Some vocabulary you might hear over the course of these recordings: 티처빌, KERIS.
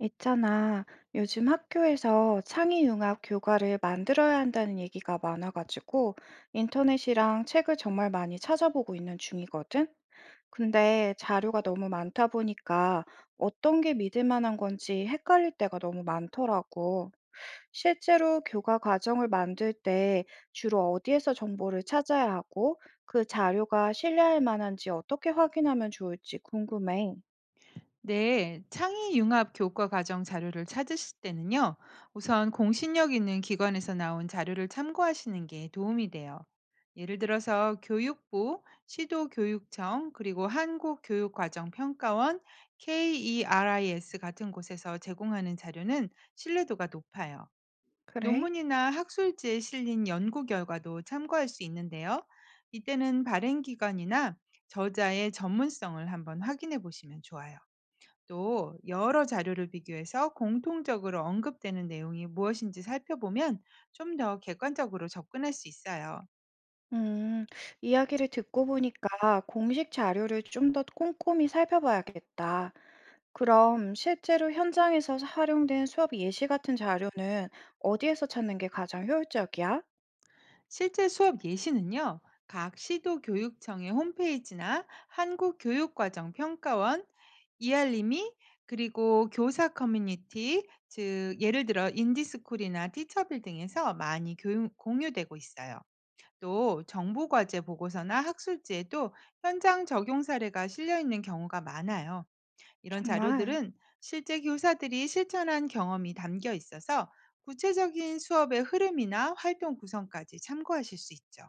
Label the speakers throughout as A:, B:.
A: 있잖아. 요즘 학교에서 창의융합 교과를 만들어야 한다는 얘기가 많아가지고 인터넷이랑 책을 정말 많이 찾아보고 있는 중이거든. 근데 자료가 너무 많다 보니까 어떤 게 믿을 만한 건지 헷갈릴 때가 너무 많더라고. 실제로 교과 과정을 만들 때 주로 어디에서 정보를 찾아야 하고 그 자료가 신뢰할 만한지 어떻게 확인하면 좋을지 궁금해.
B: 네, 창의융합 교과 과정 자료를 찾으실 때는요, 우선 공신력 있는 기관에서 나온 자료를 참고하시는 게 도움이 돼요. 예를 들어서 교육부, 시도교육청, 그리고 한국교육과정평가원, KERIS 같은 곳에서 제공하는 자료는 신뢰도가 높아요.
A: 그래?
B: 논문이나 학술지에 실린 연구 결과도 참고할 수 있는데요. 이때는 발행기관이나 저자의 전문성을 한번 확인해 보시면 좋아요. 또 여러 자료를 비교해서 공통적으로 언급되는 내용이 무엇인지 살펴보면 좀 더 객관적으로 접근할 수 있어요.
A: 음, 이야기를 듣고 보니까 공식 자료를 좀 더 꼼꼼히 살펴봐야겠다. 그럼 실제로 현장에서 활용된 수업 예시 같은 자료는 어디에서 찾는 게 가장 효율적이야?
B: 실제 수업 예시는요. 각 시도 교육청의 홈페이지나 한국교육과정평가원, 이알림이 그리고 교사 커뮤니티, 즉 예를 들어 인디스쿨이나 티처빌 등에서 많이 공유되고 있어요. 또 정보 과제 보고서나 학술지에도 현장 적용 사례가 실려 있는 경우가 많아요. 이런
A: 정말?
B: 자료들은 실제 교사들이 실천한 경험이 담겨 있어서 구체적인 수업의 흐름이나 활동 구성까지 참고하실 수 있죠.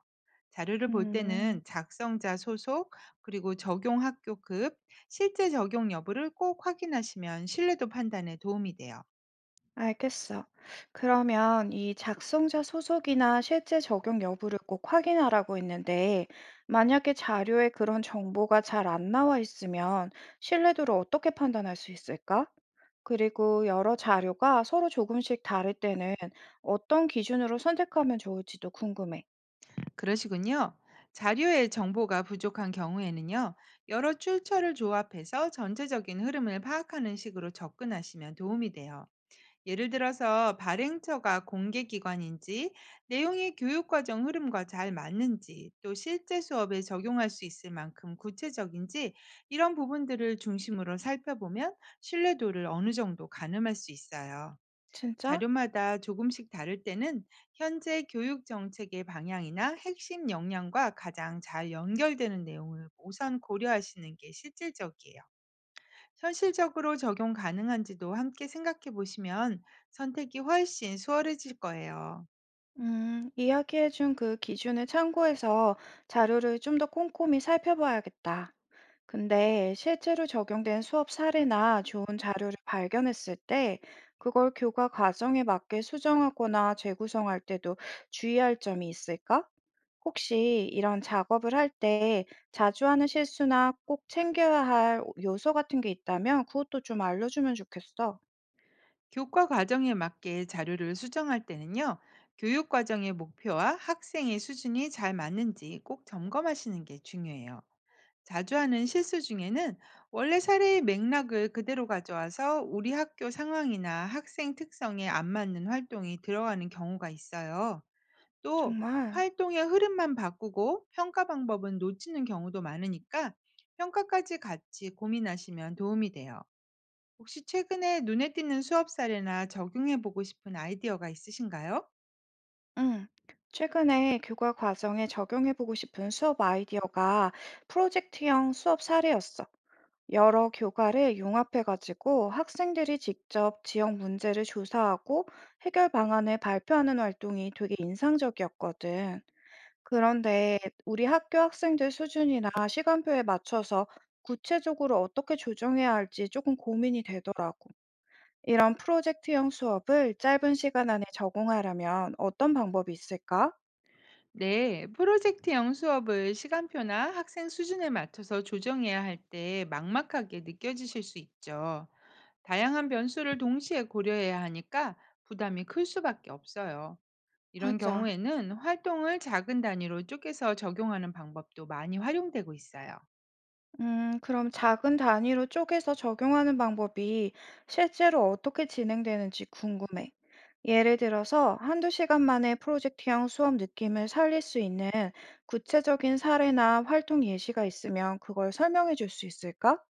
B: 자료를 볼
A: 음,
B: 때는 작성자 소속, 그리고 적용 학교급, 실제 적용 여부를 꼭 확인하시면 신뢰도 판단에 도움이 돼요.
A: 알겠어. 그러면 이 작성자 소속이나 실제 적용 여부를 꼭 확인하라고 했는데, 만약에 자료에 그런 정보가 잘 안 나와 있으면 신뢰도를 어떻게 판단할 수 있을까? 그리고 여러 자료가 서로 조금씩 다를 때는 어떤 기준으로 선택하면 좋을지도 궁금해.
B: 그러시군요. 자료의 정보가 부족한 경우에는요, 여러 출처를 조합해서 전체적인 흐름을 파악하는 식으로 접근하시면 도움이 돼요. 예를 들어서 발행처가 공개기관인지, 내용이 교육과정 흐름과 잘 맞는지, 또 실제 수업에 적용할 수 있을 만큼 구체적인지, 이런 부분들을 중심으로 살펴보면 신뢰도를 어느 정도 가늠할 수 있어요.
A: 진짜?
B: 자료마다 조금씩 다를 때는 현재 교육 정책의 방향이나 핵심 역량과 가장 잘 연결되는 내용을 우선 고려하시는 게 실질적이에요. 현실적으로 적용 가능한지도 함께 생각해 보시면 선택이 훨씬 수월해질 거예요.
A: 이야기해준 그 기준을 참고해서 자료를 좀 더 꼼꼼히 살펴봐야겠다. 근데 실제로 적용된 수업 사례나 좋은 자료를 발견했을 때 그걸 교과 과정에 맞게 수정하거나 재구성할 때도 주의할 점이 있을까? 혹시 이런 작업을 할 때 자주 하는 실수나 꼭 챙겨야 할 요소 같은 게 있다면 그것도 좀 알려주면 좋겠어.
B: 교과 과정에 맞게 자료를 수정할 때는요, 교육 과정의 목표와 학생의 수준이 잘 맞는지 꼭 점검하시는 게 중요해요. 자주 하는 실수 중에는 원래 사례의 맥락을 그대로 가져와서 우리 학교 상황이나 학생 특성에 안 맞는 활동이 들어가는 경우가 있어요. 또
A: 정말?
B: 활동의 흐름만 바꾸고 평가 방법은 놓치는 경우도 많으니까 평가까지 같이 고민하시면 도움이 돼요. 혹시 최근에 눈에 띄는 수업 사례나 적용해 보고 싶은 아이디어가 있으신가요?
A: 응. 최근에 교과 과정에 적용해보고 싶은 수업 아이디어가 프로젝트형 수업 사례였어. 여러 교과를 융합해가지고 학생들이 직접 지역 문제를 조사하고 해결 방안을 발표하는 활동이 되게 인상적이었거든. 그런데 우리 학교 학생들 수준이나 시간표에 맞춰서 구체적으로 어떻게 조정해야 할지 조금 고민이 되더라고. 이런 프로젝트형 수업을 짧은 시간 안에 적용하려면 어떤 방법이 있을까?
B: 네, 프로젝트형 수업을 시간표나 학생 수준에 맞춰서 조정해야 할 때 막막하게 느껴지실 수 있죠. 다양한 변수를 동시에 고려해야 하니까 부담이 클 수밖에 없어요. 이런
A: 맞아.
B: 경우에는 활동을 작은 단위로 쪼개서 적용하는 방법도 많이 활용되고 있어요.
A: 그럼 작은 단위로 쪼개서 적용하는 방법이 실제로 어떻게 진행되는지 궁금해. 예를 들어서 한두 시간 만에 프로젝트형 수업 느낌을 살릴 수 있는 구체적인 사례나 활동 예시가 있으면 그걸 설명해 줄 수 있을까?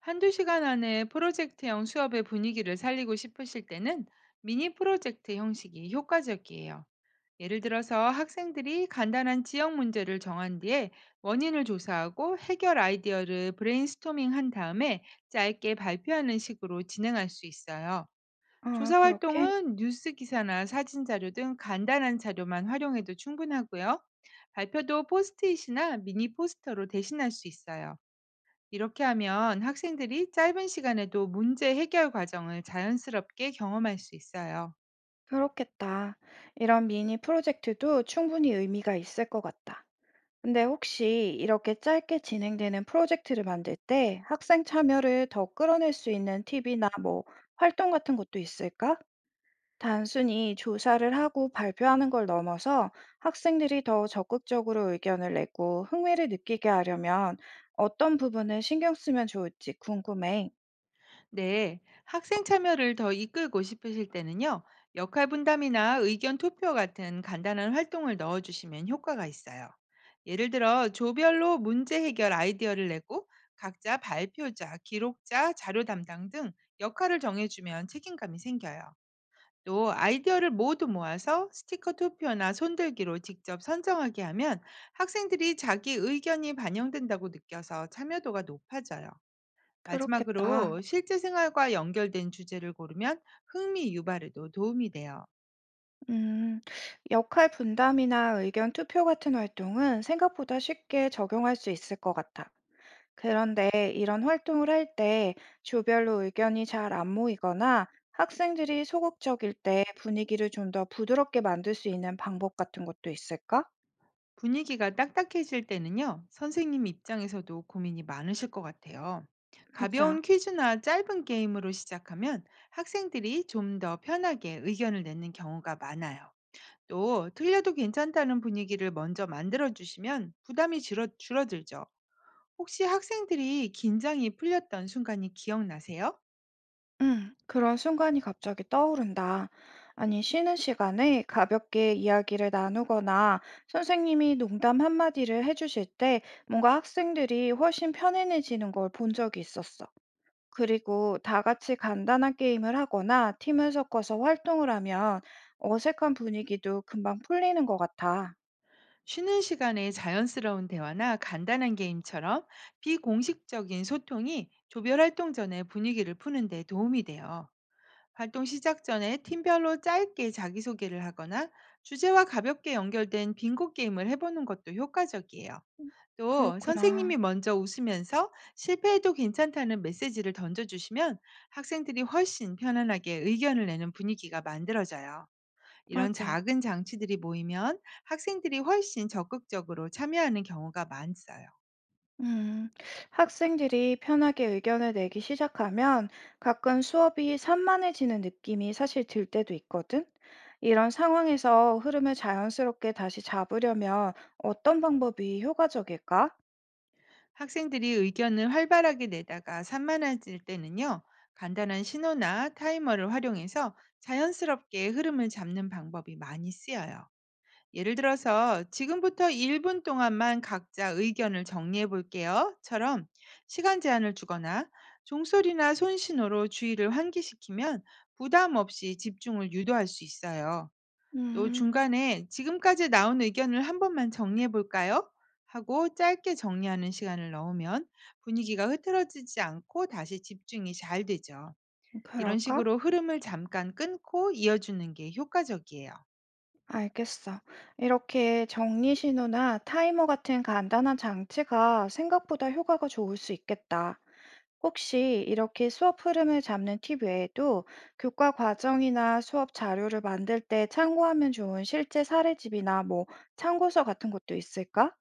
B: 한두 시간 안에 프로젝트형 수업의 분위기를 살리고 싶으실 때는 미니 프로젝트 형식이 효과적이에요. 예를 들어서 학생들이 간단한 지역 문제를 정한 뒤에 원인을 조사하고 해결 아이디어를 브레인스토밍 한 다음에 짧게 발표하는 식으로 진행할 수 있어요.
A: 아,
B: 조사
A: 그렇게?
B: 활동은 뉴스 기사나 사진 자료 등 간단한 자료만 활용해도 충분하고요. 발표도 포스트잇이나 미니 포스터로 대신할 수 있어요. 이렇게 하면 학생들이 짧은 시간에도 문제 해결 과정을 자연스럽게 경험할 수 있어요.
A: 그렇겠다. 이런 미니 프로젝트도 충분히 의미가 있을 것 같다. 근데 혹시 이렇게 짧게 진행되는 프로젝트를 만들 때 학생 참여를 더 끌어낼 수 있는 팁이나 뭐 활동 같은 것도 있을까? 단순히 조사를 하고 발표하는 걸 넘어서 학생들이 더 적극적으로 의견을 내고 흥미를 느끼게 하려면 어떤 부분을 신경 쓰면 좋을지 궁금해.
B: 네, 학생 참여를 더 이끌고 싶으실 때는요, 역할 분담이나 의견 투표 같은 간단한 활동을 넣어주시면 효과가 있어요. 예를 들어, 조별로 문제 해결 아이디어를 내고, 각자 발표자, 기록자, 자료 담당 등 역할을 정해주면 책임감이 생겨요. 또, 아이디어를 모두 모아서 스티커 투표나 손들기로 직접 선정하게 하면 학생들이 자기 의견이 반영된다고 느껴서 참여도가 높아져요. 마지막으로
A: 그렇겠다.
B: 실제 생활과 연결된 주제를 고르면 흥미 유발에도 도움이 돼요.
A: 음, 역할 분담이나 의견 투표 같은 활동은 생각보다 쉽게 적용할 수 있을 것 같아. 그런데 이런 활동을 할 때 조별로 의견이 잘 안 모이거나 학생들이 소극적일 때 분위기를 좀 더 부드럽게 만들 수 있는 방법 같은 것도 있을까?
B: 분위기가 딱딱해질 때는요, 선생님 입장에서도 고민이 많으실 것 같아요.
A: 맞아.
B: 가벼운 퀴즈나 짧은 게임으로 시작하면 학생들이 좀 더 편하게 의견을 내는 경우가 많아요. 또, 틀려도 괜찮다는 분위기를 먼저 만들어주시면 부담이 줄어들죠. 혹시 학생들이 긴장이 풀렸던 순간이 기억나세요?
A: 응, 그런 순간이 갑자기 떠오른다. 아니, 쉬는 시간에 가볍게 이야기를 나누거나 선생님이 농담 한마디를 해주실 때 뭔가 학생들이 훨씬 편안해지는 걸 본 적이 있었어. 그리고 다 같이 간단한 게임을 하거나 팀을 섞어서 활동을 하면 어색한 분위기도 금방 풀리는 것 같아.
B: 쉬는 시간에 자연스러운 대화나 간단한 게임처럼 비공식적인 소통이 조별 활동 전에 분위기를 푸는 데 도움이 돼요. 활동 시작 전에 팀별로 짧게 자기소개를 하거나 주제와 가볍게 연결된 빙고 게임을 해보는 것도 효과적이에요. 또
A: 그렇구나.
B: 선생님이 먼저 웃으면서 실패해도 괜찮다는 메시지를 던져주시면 학생들이 훨씬 편안하게 의견을 내는 분위기가 만들어져요. 이런
A: 맞아.
B: 작은 장치들이 모이면 학생들이 훨씬 적극적으로 참여하는 경우가 많아요.
A: 음, 학생들이 편하게 의견을 내기 시작하면 가끔 수업이 산만해지는 느낌이 사실 들 때도 있거든. 이런 상황에서 흐름을 자연스럽게 다시 잡으려면 어떤 방법이 효과적일까?
B: 학생들이 의견을 활발하게 내다가 산만해질 때는요, 간단한 신호나 타이머를 활용해서 자연스럽게 흐름을 잡는 방법이 많이 쓰여요. 예를 들어서 "지금부터 1분 동안만 각자 의견을 정리해 볼게요."처럼 시간 제한을 주거나 종소리나 손신호로 주의를 환기시키면 부담 없이 집중을 유도할 수 있어요. 또
A: 음,
B: 중간에 "지금까지 나온 의견을 한 번만 정리해 볼까요?" 하고 짧게 정리하는 시간을 넣으면 분위기가 흐트러지지 않고 다시 집중이 잘 되죠. 이런
A: 그럴까?
B: 식으로 흐름을 잠깐 끊고 이어주는 게 효과적이에요.
A: 알겠어. 이렇게 정리 신호나 타이머 같은 간단한 장치가 생각보다 효과가 좋을 수 있겠다. 혹시 이렇게 수업 흐름을 잡는 팁 외에도 교과 과정이나 수업 자료를 만들 때 참고하면 좋은 실제 사례집이나 뭐 참고서 같은 것도 있을까?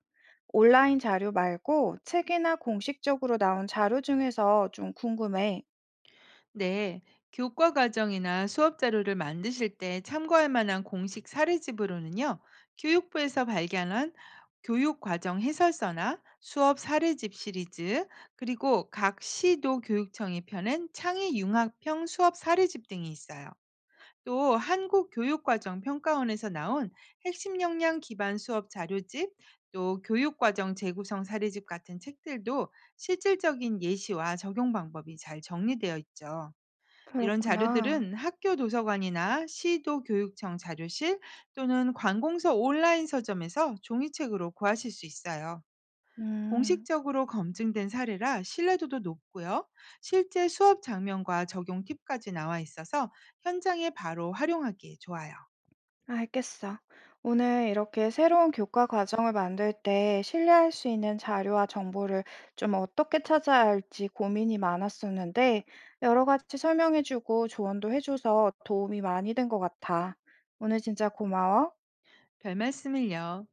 A: 온라인 자료 말고 책이나 공식적으로 나온 자료 중에서 좀 궁금해.
B: 네, 교과 과정이나 수업 자료를 만드실 때 참고할 만한 공식 사례집으로는요, 교육부에서 발견한 교육 과정 해설서나 수업 사례집 시리즈, 그리고 각 시도 교육청이 펴낸 창의 융합형 수업 사례집 등이 있어요. 또 한국교육과정평가원에서 나온 핵심 역량 기반 수업 자료집, 또 교육과정 재구성 사례집 같은 책들도 실질적인 예시와 적용 방법이 잘 정리되어 있죠. 이런
A: 그렇구나.
B: 자료들은 학교 도서관이나 시도 교육청 자료실 또는 관공서 온라인 서점에서 종이책으로 구하실 수 있어요.
A: 음.
B: 공식적으로 검증된 사례라 신뢰도도 높고요. 실제 수업 장면과 적용 팁까지 나와 있어서 현장에 바로 활용하기에 좋아요.
A: 알겠어. 오늘 이렇게 새로운 교과 과정을 만들 때 신뢰할 수 있는 자료와 정보를 좀 어떻게 찾아야 할지 고민이 많았었는데, 여러 가지 설명해주고 조언도 해줘서 도움이 많이 된 것 같아. 오늘 진짜 고마워.
B: 별 말씀을요.